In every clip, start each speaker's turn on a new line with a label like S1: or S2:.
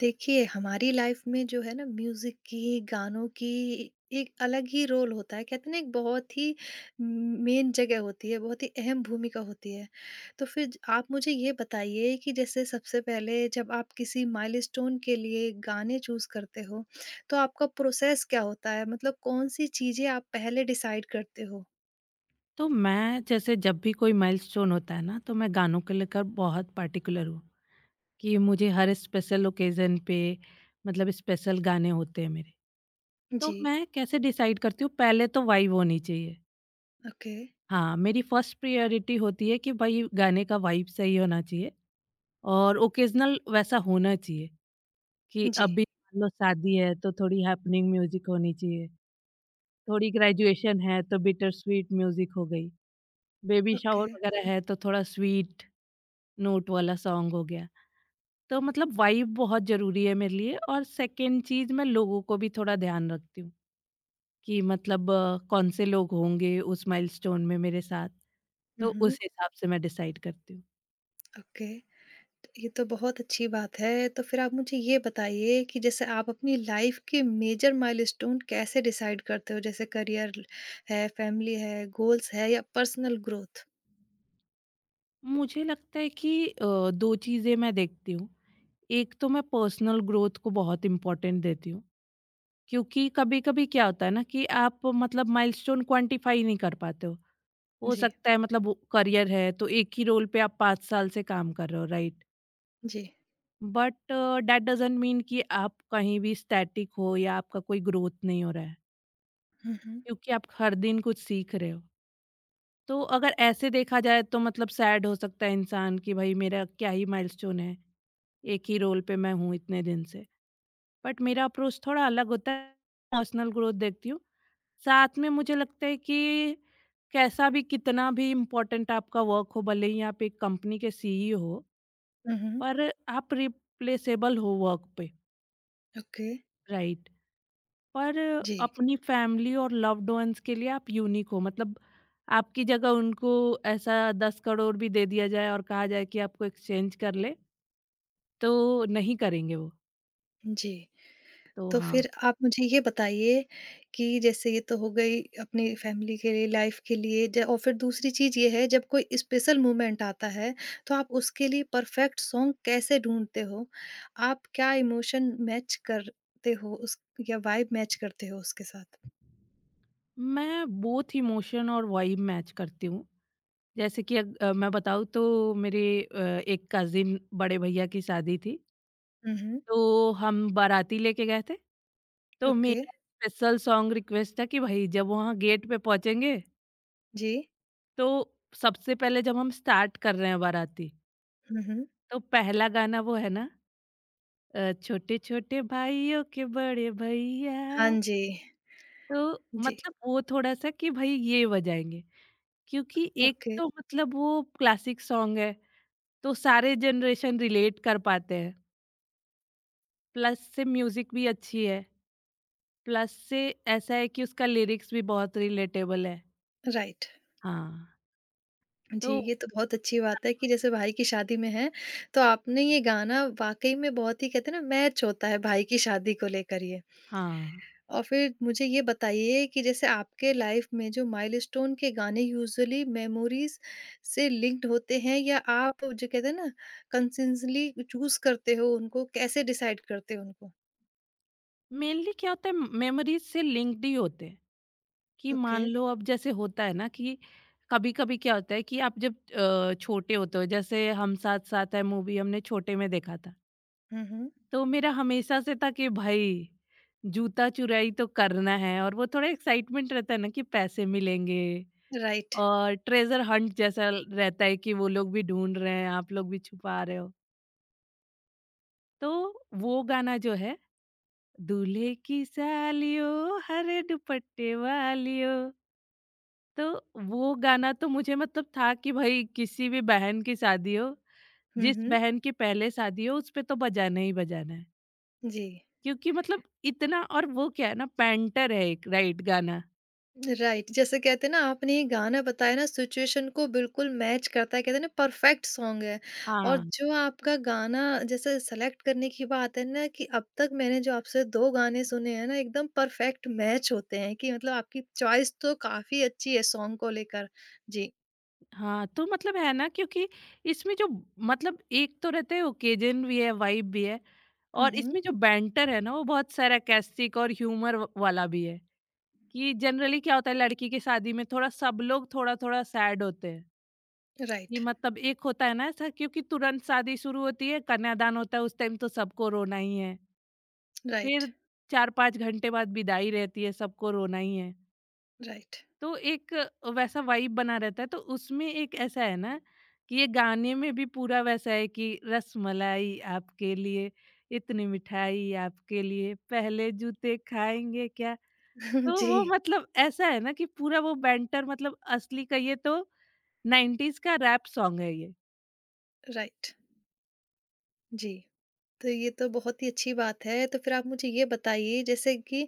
S1: देखिए, हमारी लाइफ में जो है ना म्यूज़िक की, गानों की एक अलग ही रोल होता है। कहते हैं ना एक बहुत ही मेन जगह होती है, बहुत ही अहम भूमिका होती है। तो फिर ज आप मुझे ये बताइए कि जैसे सबसे पहले जब आप किसी माइलस्टोन के लिए गाने चूज़ करते हो, तो आपका प्रोसेस क्या होता है? मतलब कौन-सी चीज़ें आप पहले डिसाइड करते हो?
S2: तो मैं जैसे जब भी कोई माइलस्टोन होता है ना तो मैं गानों को लेकर बहुत पार्टिकुलर हूँ कि मुझे हर स्पेशल ओकेजन पे मतलब स्पेशल गाने होते हैं मेरे। तो
S1: जी,
S2: मैं कैसे डिसाइड करती हूँ पहले तो वाइब होनी चाहिए।
S1: ओके।
S2: हाँ मेरी फर्स्ट प्रायोरिटी होती है कि भाई गाने का वाइब सही होना चाहिए और ओकेजनल वैसा होना चाहिए कि
S1: जी,
S2: अभी मान लो शादी है तो थोड़ी हैपनिंग म्यूजिक होनी चाहिए। थोड़ी ग्रेजुएशन है तो बिटर स्वीट म्यूजिक हो गई, बेबी शावर
S1: ओके।
S2: वगैरह है तो थोड़ा स्वीट नोट वाला सॉन्ग हो गया। तो मतलब वाइब बहुत ज़रूरी है मेरे लिए और सेकंड चीज़ मैं लोगों को भी थोड़ा ध्यान रखती हूँ कि मतलब कौन से लोग होंगे उस माइलस्टोन में मेरे साथ,
S1: हुँ,
S2: तो
S1: हुँ,
S2: उस हिसाब से मैं डिसाइड करती हूँ।
S1: ओके। ये तो बहुत अच्छी बात है। तो फिर आप मुझे ये बताइए कि जैसे आप अपनी लाइफ़ के मेजर माइलस्टोन कैसे डिसाइड करते हो? जैसे करियर है, फैमिली है, गोल्स है या पर्सनल ग्रोथ?
S2: मुझे लगता है कि 2 चीज़ें मैं देखती हूँ, एक तो मैं पर्सनल ग्रोथ को बहुत इम्पोर्टेंट देती हूँ। क्योंकि कभी-कभी क्या होता है ना कि आप मतलब माइलस्टोन क्वांटिफाई नहीं कर पाते हो। हो
S1: जी,
S2: सकता है मतलब वो करियर है तो एक ही रोल पे आप 5 साल से काम कर रहे हो राइट?
S1: जी।
S2: बट दैट डज़न्ट मीन कि आप कहीं भी स्टैटिक हो या आपका कोई ग्रोथ नहीं हो रहा है,
S1: हुँ, हुँ।
S2: क्योंकि आप हर दिन कुछ सीख रहे हो। तो अगर ऐसे देखा जाए तो मतलब सैड हो सकता है इंसान कि भाई मेरा क्या ही माइलस्टोन है, एक ही रोल पे मैं हूँ इतने दिन से। बट मेरा अप्रोच थोड़ा अलग होता है, पर्सनल ग्रोथ देखती हूँ। साथ में मुझे लगता है कि कैसा भी कितना भी इम्पोर्टेंट आपका वर्क हो भले ही आप एक कंपनी के सीईओ हो
S1: हुँ, हुँ।
S2: पर आप रिप्लेसेबल हो वर्क पे
S1: ओके।
S2: राइट पर
S1: जी,
S2: अपनी फैमिली और लव्ड वंस के लिए आप यूनिक हो मतलब आपकी जगह उनको ऐसा 10 करोड़ भी दे दिया जाए और कहा जाए कि आपको एक्सचेंज कर ले तो नहीं करेंगे वो
S1: जी।
S2: तो
S1: तो
S2: हाँ।
S1: फिर आप मुझे ये बताइए कि जैसे ये तो हो गई अपनी फैमिली के लिए, लाइफ के लिए ज और फिर दूसरी चीज़ ये है जब कोई स्पेशल मोमेंट आता है, तो आप उसके लिए परफेक्ट सॉन्ग कैसे ढूँढते हो? आप क्या इमोशन मैच करते हो उस या वाइब मैच करते हो उसके साथ?
S2: मैं बोथ इमोशन और वाइब मैच करती हूँ जैसे कि मैं बताऊँ तो मेरे एक कज़िन बड़े भैया की शादी थी,
S1: हुँ, हुँ।
S2: तो हम बाराती लेके गए थे। तो
S1: ओके।
S2: मेरा स्पेशल सॉन्ग रिक्वेस्ट था कि भई जब वहाँ गेट पे पहुँचेंगे,
S1: जी।
S2: तो सबसे पहले जब हम स्टार्ट कर रहे हैं बाराती,
S1: हुँ, हुँ।
S2: तो पहला गाना वो है ना छोटे-छोटे भाइयों के बड़े भैया,
S1: हाँ जी।
S2: तो
S1: जी।
S2: मतलब वो थोड़ा-सा कि भई ये बजाएँगे। क्योंकि एक
S1: ओके,
S2: तो मतलब वो क्लासिक सॉन्ग है, तो सारे जनरेशन रिलेट कर पाते हैं। प्लस से म्यूजिक भी अच्छी है, प्लस से ऐसा है कि उसका लिरिक्स भी बहुत रिलेटेबल है।
S1: राइट।
S2: हाँ। तो
S1: जी, ये तो बहुत अच्छी बात है कि जैसे भाई की शादी में हैं, तो आपने ये गाना वाक़ई में बहुत ही कहते हैं ना मैच होता है भाई की शादी को लेकर ये।
S2: हाँ,
S1: और फिर मुझे ये बताइए कि जैसे आपके लाइफ़ में जो माइलस्टोन के गाने यूज़ुअली मेमोरीज़ से लिंक्ड होते हैं या आप जो कहते हैं ना कंसिस्टेंटली चूज़ करते हो उनको, कैसे डिसाइड करते हो उनको?
S2: मेनली क्या होता है मेमोरीज़ से लिंक्ड ही होते हैं, कि
S1: ओके।
S2: मान लो अब जैसे होता है ना कि कभी-कभी क्या होता है कि आप जब छोटे होते हो जैसे हम साथ-साथ है मूवी हमने छोटे में देखा था।
S1: हुँ, हुँ।
S2: तो मेरा हमेशा से था कि भाई जूता चुराई तो करना है और वो थोड़ा एक्साइटमेंट रहता है ना कि पैसे मिलेंगे
S1: राइट।
S2: और ट्रेजर हंट जैसा रहता है कि वो लोग भी ढूंढ रहे हैं आप लोग भी छुपा रहे हो तो वो गाना जो है दूल्हे की सालियो हरे दुपट्टे वालियो। तो वो गाना तो मुझे मतलब था कि भाई किसी भी बहन की शादी हो
S1: हुँ,
S2: जिस
S1: हुँ।
S2: बहन की पहले शादी हो उस पे तो बजाना ही बजाना है
S1: जी।
S2: क्योंकि मतलब इतना और वो क्या है ना पैंटर है एक राइट गाना
S1: राइट, जैसे कहते हैं ना आपने ये गाना बताया ना सिचुएशन को बिल्कुल मैच करता है कहते हैं ना परफेक्ट सॉन्ग है और
S2: हाँ।
S1: जो आपका गाना जैसे सेलेक्ट करने की बात है ना कि अब तक मैंने जो आपसे दो गाने सुने हैं ना एकदम परफेक्ट मैच होते हैं कि मतलब आपकी चॉइस तो काफी अच्छी है सॉन्ग को लेकर। जी।
S2: हाँ, तो मतलब है ना क्योंकि इसमें जो मतलब एक तो रहता है ओकेजन भी है, वाइब भी है और
S1: हम्म।
S2: इसमें जो बैंटर है ना वो बहुत सरकास्टिक और ह्यूमर व वाला भी है, कि जनरली क्या होता है लड़की की शादी में थोड़ा सब लोग थोड़ा-थोड़ा सैड होते हैं। ये
S1: राइट,
S2: मतलब एक होता है ना ऐसा क्योंकि तुरंत शादी शुरू होती है, कन्यादान होता है उस टाइम तो सबको रोना ही है। फिर
S1: राइट,
S2: 4-5 घंटे बाद विदाई रहती है, सबको रोना ही है।
S1: राइट।
S2: तो एक वैसा वाइब बना रहता है तो उसमें एक ऐसा है ना कि ये गाने में भी पूरा वैसा है कि रसमलाई आपके लिए इतनी मिठाई आपके लिए पहले जूते खाएंगे क्या। तो
S1: जी।
S2: वो मतलब ऐसा है ना कि पूरा वो बैंटर मतलब असली कहिए तो 90s का रैप सॉन्ग है ये।
S1: राइट। जी। तो ये तो बहुत ही अच्छी बात है। तो फिर आप मुझे ये बताइए जैसे कि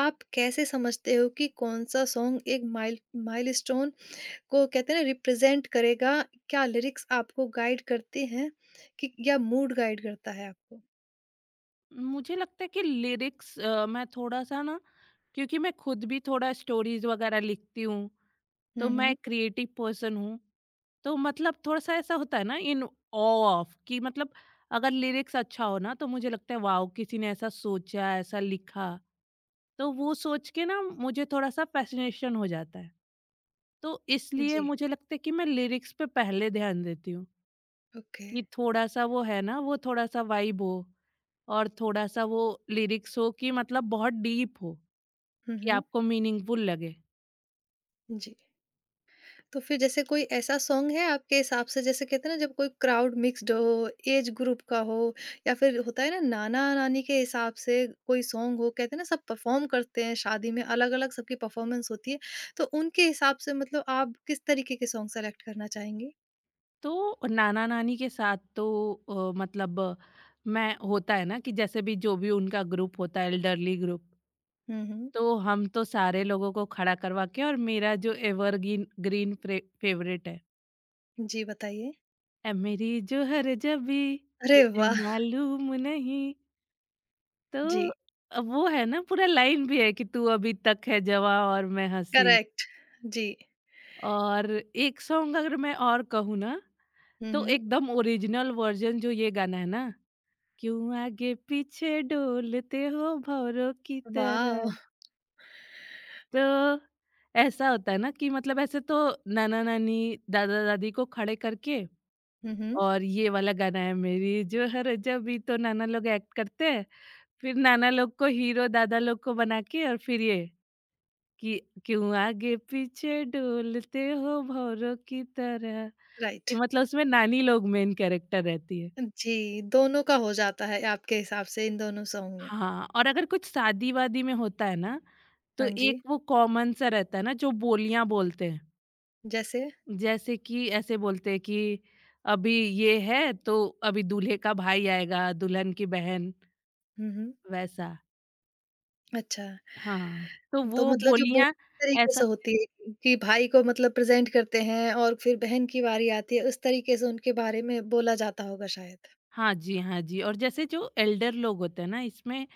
S1: आप कैसे समझते हो कि कौन-सा सॉन्ग एक माइलस्टोन को कहते हैं ना रिप्रेज़ेंट करेगा? क्या लिरिक्स आपको गाइड करते हैं कि या मूड गाइड करता है आपको?
S2: मुझे लगता है कि लिरिक्स मैं थोड़ा सा ना क्योंकि मैं खुद भी थोड़ा स्टोरीज वगैरह लिखती हूँ, तो
S1: हुँ,
S2: मैं
S1: हुँ।
S2: क्रिएटिव पर्सन हूँ। तो मतलब थोड़ा-सा ऐसा होता है ना इन ऑ ऑफ कि मतलब अगर लिरिक्स अच्छा हो ना तो मुझे लगता है वॉव! किसी ने ऐसा सोचा, ऐसा लिखा। तो वो सोच के ना मुझे थोड़ा-सा फ़ैसिनेशन हो जाता है। तो इसलिए
S1: जी।
S2: मुझे लगता है कि मैं लिरिक्स पे पहले ध्यान देती हूँ
S1: ओके।
S2: कि थोड़ा-सा वो है ना, वो थोड़ा-सा वाइब हो और थोड़ा-सा वो लिरिक्स हो कि मतलब बहुत डीप हो।
S1: हुँ,
S2: कि
S1: हुँ।
S2: आपको मीनिंगफुल लगे।
S1: जी। तो फिर जैसे कोई ऐसा सॉन्ग है आपके हिसाब से जैसे कहते हैं ना जब कोई क्राउड मिक्स्ड हो, एज ग्रुप का हो या फिर होता है ना नाना-नानी के हिसाब से कोई सॉन्ग हो कहते हैं ना सब परफ़ॉर्म करते हैं शादी में अलग-अलग सबकी परफ़ॉर्मेंस होती है। तो उनके हिसाब से मतलब आप किस तरीके के सॉन्ग सेलेक्ट करना चाहेंगे?
S2: तो नाना-नानी के साथ तो मतलब मैं होता है ना कि जैसे भी जो भी उनका ग्रुप होता है एल्डरली ग्रुप,
S1: हुँ, हुँ।
S2: तो हम तो सारे लोगों को खड़ा करवा के और मेरा जो एवरग्रीन ग्रीन फ्रे फेवरेट है,
S1: जी, बताइए।
S2: "ऐ मेरी जोहर जबी
S1: अरे
S2: तुझे
S1: वाह!
S2: मालूम नहीं"। तो
S1: जी,
S2: वो है ना पूरा लाइन भी है कि "तू अभी तक है जवां और मैं हँसी"।
S1: करेक्ट। जी।
S2: और एक सॉन्ग अगर मैं और कहूँ ना
S1: हुँ,
S2: तो
S1: हुँ।
S2: एकदम ओरिजिनल वर्जन जो ये गाना है ना क्यों आगे पीछे डोलते हो भौरों की तरह।
S1: वॉव!
S2: तो ऐसा होता है ना कि मतलब ऐसे तो नाना नानी दादा दादी को खड़े करके
S1: हुँ, हुँ।
S2: और ये वाला गाना है मेरी जो हर जब भी तो नाना लोग एक्ट करते हैं फिर नाना लोग को हीरो दादा लोग को बना के और फिर ये कि क्यों आगे पीछे डोलते हो भौरों की तरह कि
S1: राइट।
S2: मतलब उसमें नानी लोग मेन कैरेक्टर रहती है।
S1: जी, दोनों का हो जाता है आपके हिसाब से इन दोनों सॉन्ग में।
S2: हाँ, और अगर कुछ शादी-वादी में होता है ना, तो
S1: हाँ जी,
S2: एक वो कॉमन सा रहता है ना जो बोलियाँ बोलते हैं।
S1: जैसे?
S2: जैसे कि ऐसे बोलते हैं कि अभी ये है तो अभी दूल्हे का भाई आएगा, दुल्हन की बहन
S1: हुँ, हुँ।
S2: वैसा।
S1: अच्छा,
S2: हाँ, तो
S1: तो
S2: वो
S1: मतलब जो बहुत
S2: बोलियाँ
S1: तरीके
S2: ऐसा
S1: से होती है कि भाई को मतलब प्रेज़ेंट करते हैं और फिर बहन की बारी आती है, उस तरीके से उनके बारे में बोला जाता होगा शायद।
S2: हाँ जी, हाँ जी और जैसे जो एल्डर लोग होते हैं ना इसमें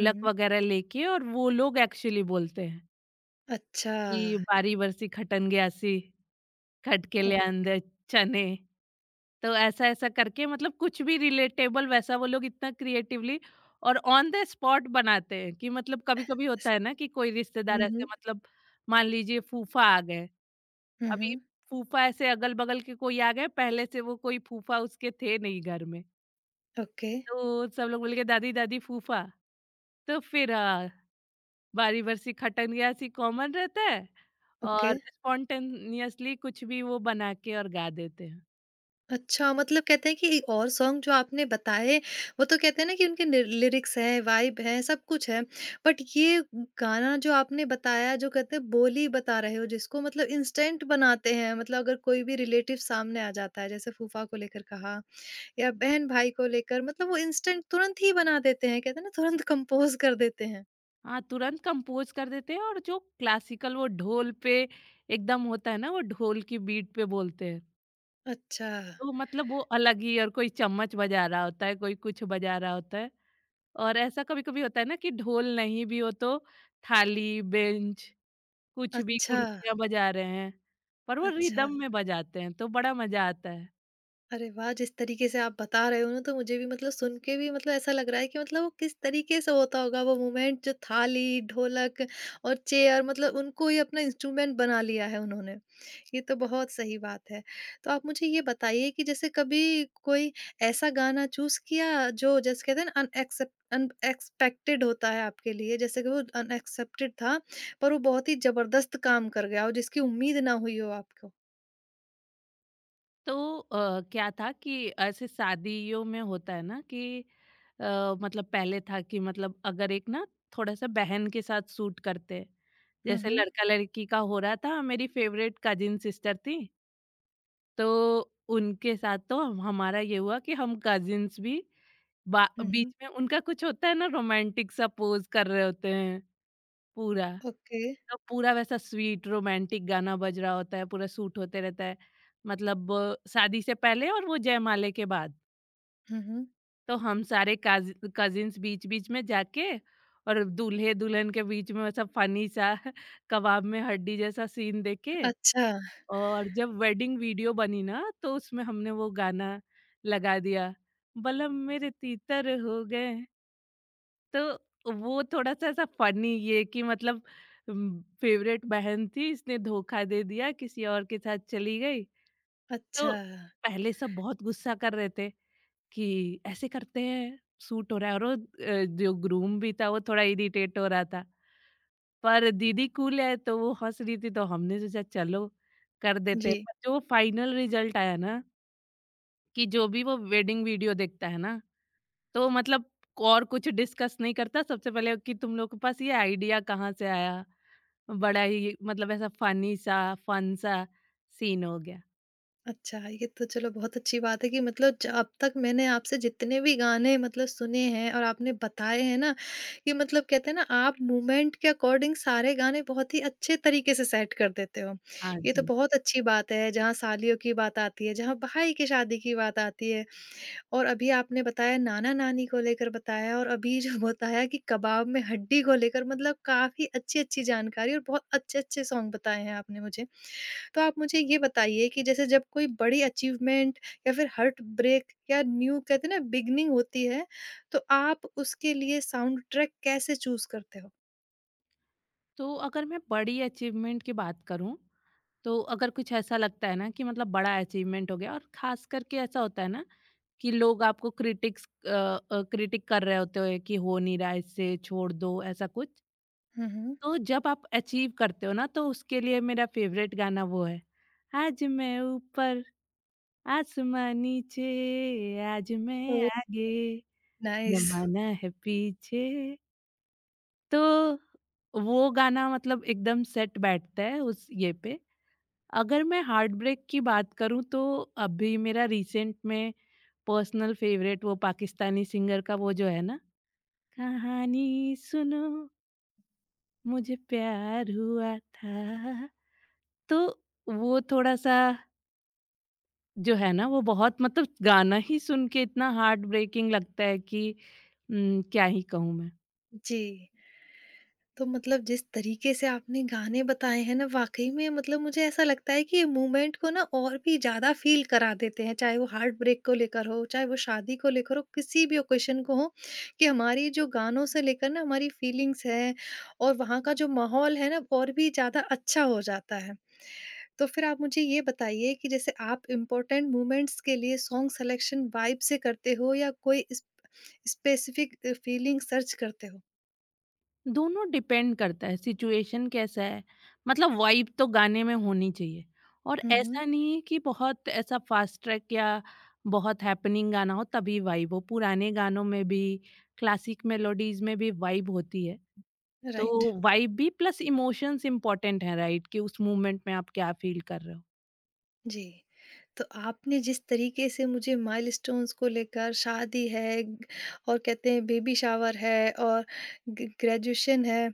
S1: हुँ, हुँ।
S2: वगैरह लेके और वो लोग एक्चुअली बोलते हैं
S1: अच्छा।
S2: कि "बारी बरसी खटन गयासी।" खटकेले
S1: ओक
S2: अंदर चने। तो ऐसा ऐसा करके मतलब कुछ भी रिलेटेबल वैसा वो लोग इतना क्रिएटिवली और ऑन द स्पॉट बनाते हैं कि मतलब कभी कभी होता
S1: स
S2: है ना कि कोई रिश्तेदार
S1: हुँ,
S2: ऐसे
S1: हुँ।
S2: मतलब मान लीजिए फूफा आ गए
S1: हुँ,
S2: अभी
S1: हुँ।
S2: फूफा ऐसे अगल बगल के कोई आ गए पहले से वो कोई फूफा उसके थे नहीं घर में
S1: ओके,
S2: तो सब लोग बोल के दादी दादी फूफा तो फिर बारी बरसी खटनियासी कॉमन रहता है
S1: ओके।
S2: और स्पॉन्टेनियसली कुछ भी वो बना के और गा देते हैं।
S1: अच्छा, मतलब कहते हैं कि और सॉन्ग जो आपने बताए, वो तो कहते हैं ना कि उनके नि लिरिक्स हैं, वाइब है, सब कुछ है। बट ये गाना जो आपने बताया, जो कहते हैं बोली बता रहे हो जिसको मतलब इंस्टेंट बनाते हैं, मतलब अगर कोई भी रिलेटिव सामने आ जाता है, जैसे फूफा को लेकर कहा या बहन-भाई को लेकर, मतलब वो इंस्टेंट तुरंत ही बना देते हैं, कहते हैं ना तुरंत कंपोज़ कर देते हैं।
S2: हाँ तुरंत कंपोज कर देते हैं और जो क्लासिकल वो ढोल पे एकदम होता है ना वो ढोल की बीट पे बोलते हैं
S1: अच्छा,
S2: तो मतलब वो अलग ही और कोई चम्मच बजा रहा होता है कोई कुछ बजा रहा होता है और ऐसा कभी कभी होता है ना कि ढोल नहीं भी हो तो थाली बेंच कुछ भी
S1: अच्छा,
S2: कुर्सियाँ बजा रहे हैं पर वो
S1: अच्छा।
S2: रिदम में बजाते हैं तो बड़ा मजा आता है।
S1: अरे वाह! जिस तरीके से आप बता रहे हो ना, तो मुझे भी मतलब सुन के भी मतलब ऐसा लग रहा है कि मतलब वो किस तरीके से होता होगा वो मोमेंट जो थाली, ढोलक और चेयर मतलब उनको ही अपना इंस्ट्रूमेंट बना लिया है उन्होंने। ये तो बहुत सही बात है। तो आप मुझे ये बताइए कि जैसे कभी कोई ऐसा गाना चूज़ किया जो जैसे कहते हैं ना अनएक्सेप अनएक्सपेक्टेड होता है आपके लिए जैसे कि वो अनएक्सेप्टेड था, पर वो बहुत ही ज़बरदस्त काम कर गया हो जिसकी उम्मीद ना हुई हो आपको?
S2: तो क्या था कि ऐसे शादियों में होता है ना कि मतलब पहले था कि मतलब अगर एक ना थोड़ा सा बहन के साथ सूट करते हैं।
S1: हुँ,
S2: जैसे
S1: हुँ।
S2: लड़का लड़की का हो रहा था मेरी फेवरेट कजिन सिस्टर थी तो उनके साथ तो हम हमारा ये हुआ कि हम कजिन्स भी
S1: हुँ, हुँ।
S2: बीच में उनका कुछ होता है ना रोमांटिक सा पोज कर रहे होते हैं पूरा।
S1: ओके।
S2: तो पूरा वैसा स्वीट रोमांटिक गाना बज रहा होता है, पूरा सूट होते रहता है। मतलब शादी से पहले और वो जयमाले के बाद।
S1: हुँ, हुँ।
S2: तो हम सारे काज़ कज़िन्स बीच-बीच में जाके और दूल्हे-दुल्हन के बीच में वैसा फ़नी सा कबाब में हड्डी जैसा सीन देके
S1: अच्छा,
S2: और जब वेडिंग वीडियो बनी ना तो उसमें हमने वो गाना लगा दिया, बलम मेरे तीतर हो गए। तो वो थोड़ा-सा ऐसा फ़नी ये कि मतलब फेवरेट बहन थी इसने धोखा दे दिया किसी और के साथ चली गई। तो
S1: अच्छा।
S2: पहले सब बहुत गुस्सा कर रहे थे कि ऐसे करते हैं, सूट हो रहा है और वो जो ग्रूम भी था वो थोड़ा इरिटेट हो रहा था। पर दीदी कूल है तो वो हँस रही थी तो हमने सोचा चलो कर देते हैं।
S1: जी,
S2: पर जो फाइनल रिज़ल्ट आया ना कि जो भी वो वेडिंग वीडियो देखता है ना, तो मतलब और कुछ डिस्कस नहीं करता, सबसे पहले कि तुम लोग के पास ये आइडिया कहाँ से आया? बड़ा ही मतलब ऐसा फनी सा, फन सा सीन हो गया।
S1: अच्छा ये तो चलो बहुत अच्छी बात है कि मतलब ज अब तक मैंने आपसे जितने भी गाने मतलब सुने हैं और आपने बताए हैं ना, कि मतलब कहते हैं ना आप मूवमेंट के अकॉर्डिंग सारे गाने बहुत ही अच्छे तरीके से सेट कर देते हो।
S2: हाँ
S1: ये तो
S2: जी।
S1: बहुत अच्छी बात है जहाँ सालियों की बात आती है, जहाँ भाई की शादी की बात आती है और अभी आपने बताया नाना-नानी को लेकर बताया और अभी जो बताया कि कबाब में हड्डी को लेकर मतलब काफ़ी अच्छी-अच्छी जानकारी और बहुत अच्छे-अच्छे सॉन्ग बताए हैं आपने मुझे। तो आप मुझे ये बताइए कि जैसे जब कोई बड़ी अचीवमेंट या फिर हर्ट ब्रेक या न्यू कहते हैं ना बिगनिंग होती है, तो आप उसके लिए साउंड ट्रैक कैसे चूज़ करते हो?
S2: तो अगर मैं बड़ी अचीवमेंट की बात करूँ, तो अगर कुछ ऐसा लगता है ना कि मतलब बड़ा अचीवमेंट हो गया और ख़ास करके ऐसा होता है ना कि लोग आपको क्रिटिक कर रहे होते हैं कि हो नहीं रहा है इससे, छोड़ दो, ऐसा कुछ?
S1: हुँ, हुँ।
S2: तो जब आप अचीव करते हो ना तो उसके लिए मेरा फेवरेट गाना वो है, आज मैं ऊपर आसमां नीचे, आज मैं
S1: ओह!
S2: आगे
S1: नाइस।
S2: ज़माना है पीछे। तो वो गाना मतलब एकदम सेट बैठता है उस ये पे। अगर मैं हार्ट ब्रेक की बात करूँ तो अभी मेरा रिसेंट में पर्सनल फेवरेट वो पाकिस्तानी सिंगर का वो जो है ना कहानी सुनो मुझे प्यार हुआ था। तो वो थोड़ा सा जो है ना वो बहुत मतलब गाना ही सुन के इतना हार्ट ब्रेकिंग लगता है कि क्या ही कहूँ मैं।
S1: जी। तो मतलब जिस तरीके से आपने गाने बताए हैं ना वाकई में मतलब मुझे ऐसा लगता है कि ये मूवमेंट को ना और भी ज्यादा फील करा देते हैं चाहे वो हार्ट ब्रेक को लेकर हो चाहे वो शादी को लेकर हो किसी भी ओकेशन को हो कि हमारी जो गानों से लेकर ना हमारी फीलिंग्स है और वहाँ का जो माहौल है ना और भी ज्यादा अच्छा हो जाता है। तो फिर आप मुझे ये बताइए कि जैसे आप इम्पोर्टेंट मूवमेंट्स के लिए सॉन्ग सिलेक्शन वाइब से करते हो या कोई स्पेसिफिक फीलिंग सर्च करते हो?
S2: दोनों डिपेंड करता है सिचुएशन कैसा है मतलब वाइब तो गाने में होनी चाहिए और
S1: हम्म।
S2: ऐसा नहीं है कि बहुत ऐसा फास्ट ट्रैक या बहुत हैपनिंग गाना हो तभी वाइब हो पुराने गानों में भी क्लासिक मेलोडीज में भी वाइब होती है।
S1: राइट।
S2: तो वाइब भी प्लस इमोशंस इम्पोर्टेंट है राइट कि उस मोमेंट में आप क्या फील कर रहे हो
S1: जी। तो आपने जिस तरीके से मुझे माइलस्टोन्स को लेकर शादी है और कहते हैं बेबी शावर है और ग ग्रेजुएशन है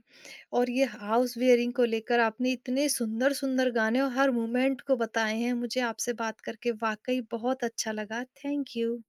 S1: और ये हाउस वेयरिंग को लेकर आपने इतने सुंदर-सुंदर गाने और हर मोमेंट को बताए हैं। मुझे आपसे बात करके वाक़ई बहुत अच्छा लगा। Thank you.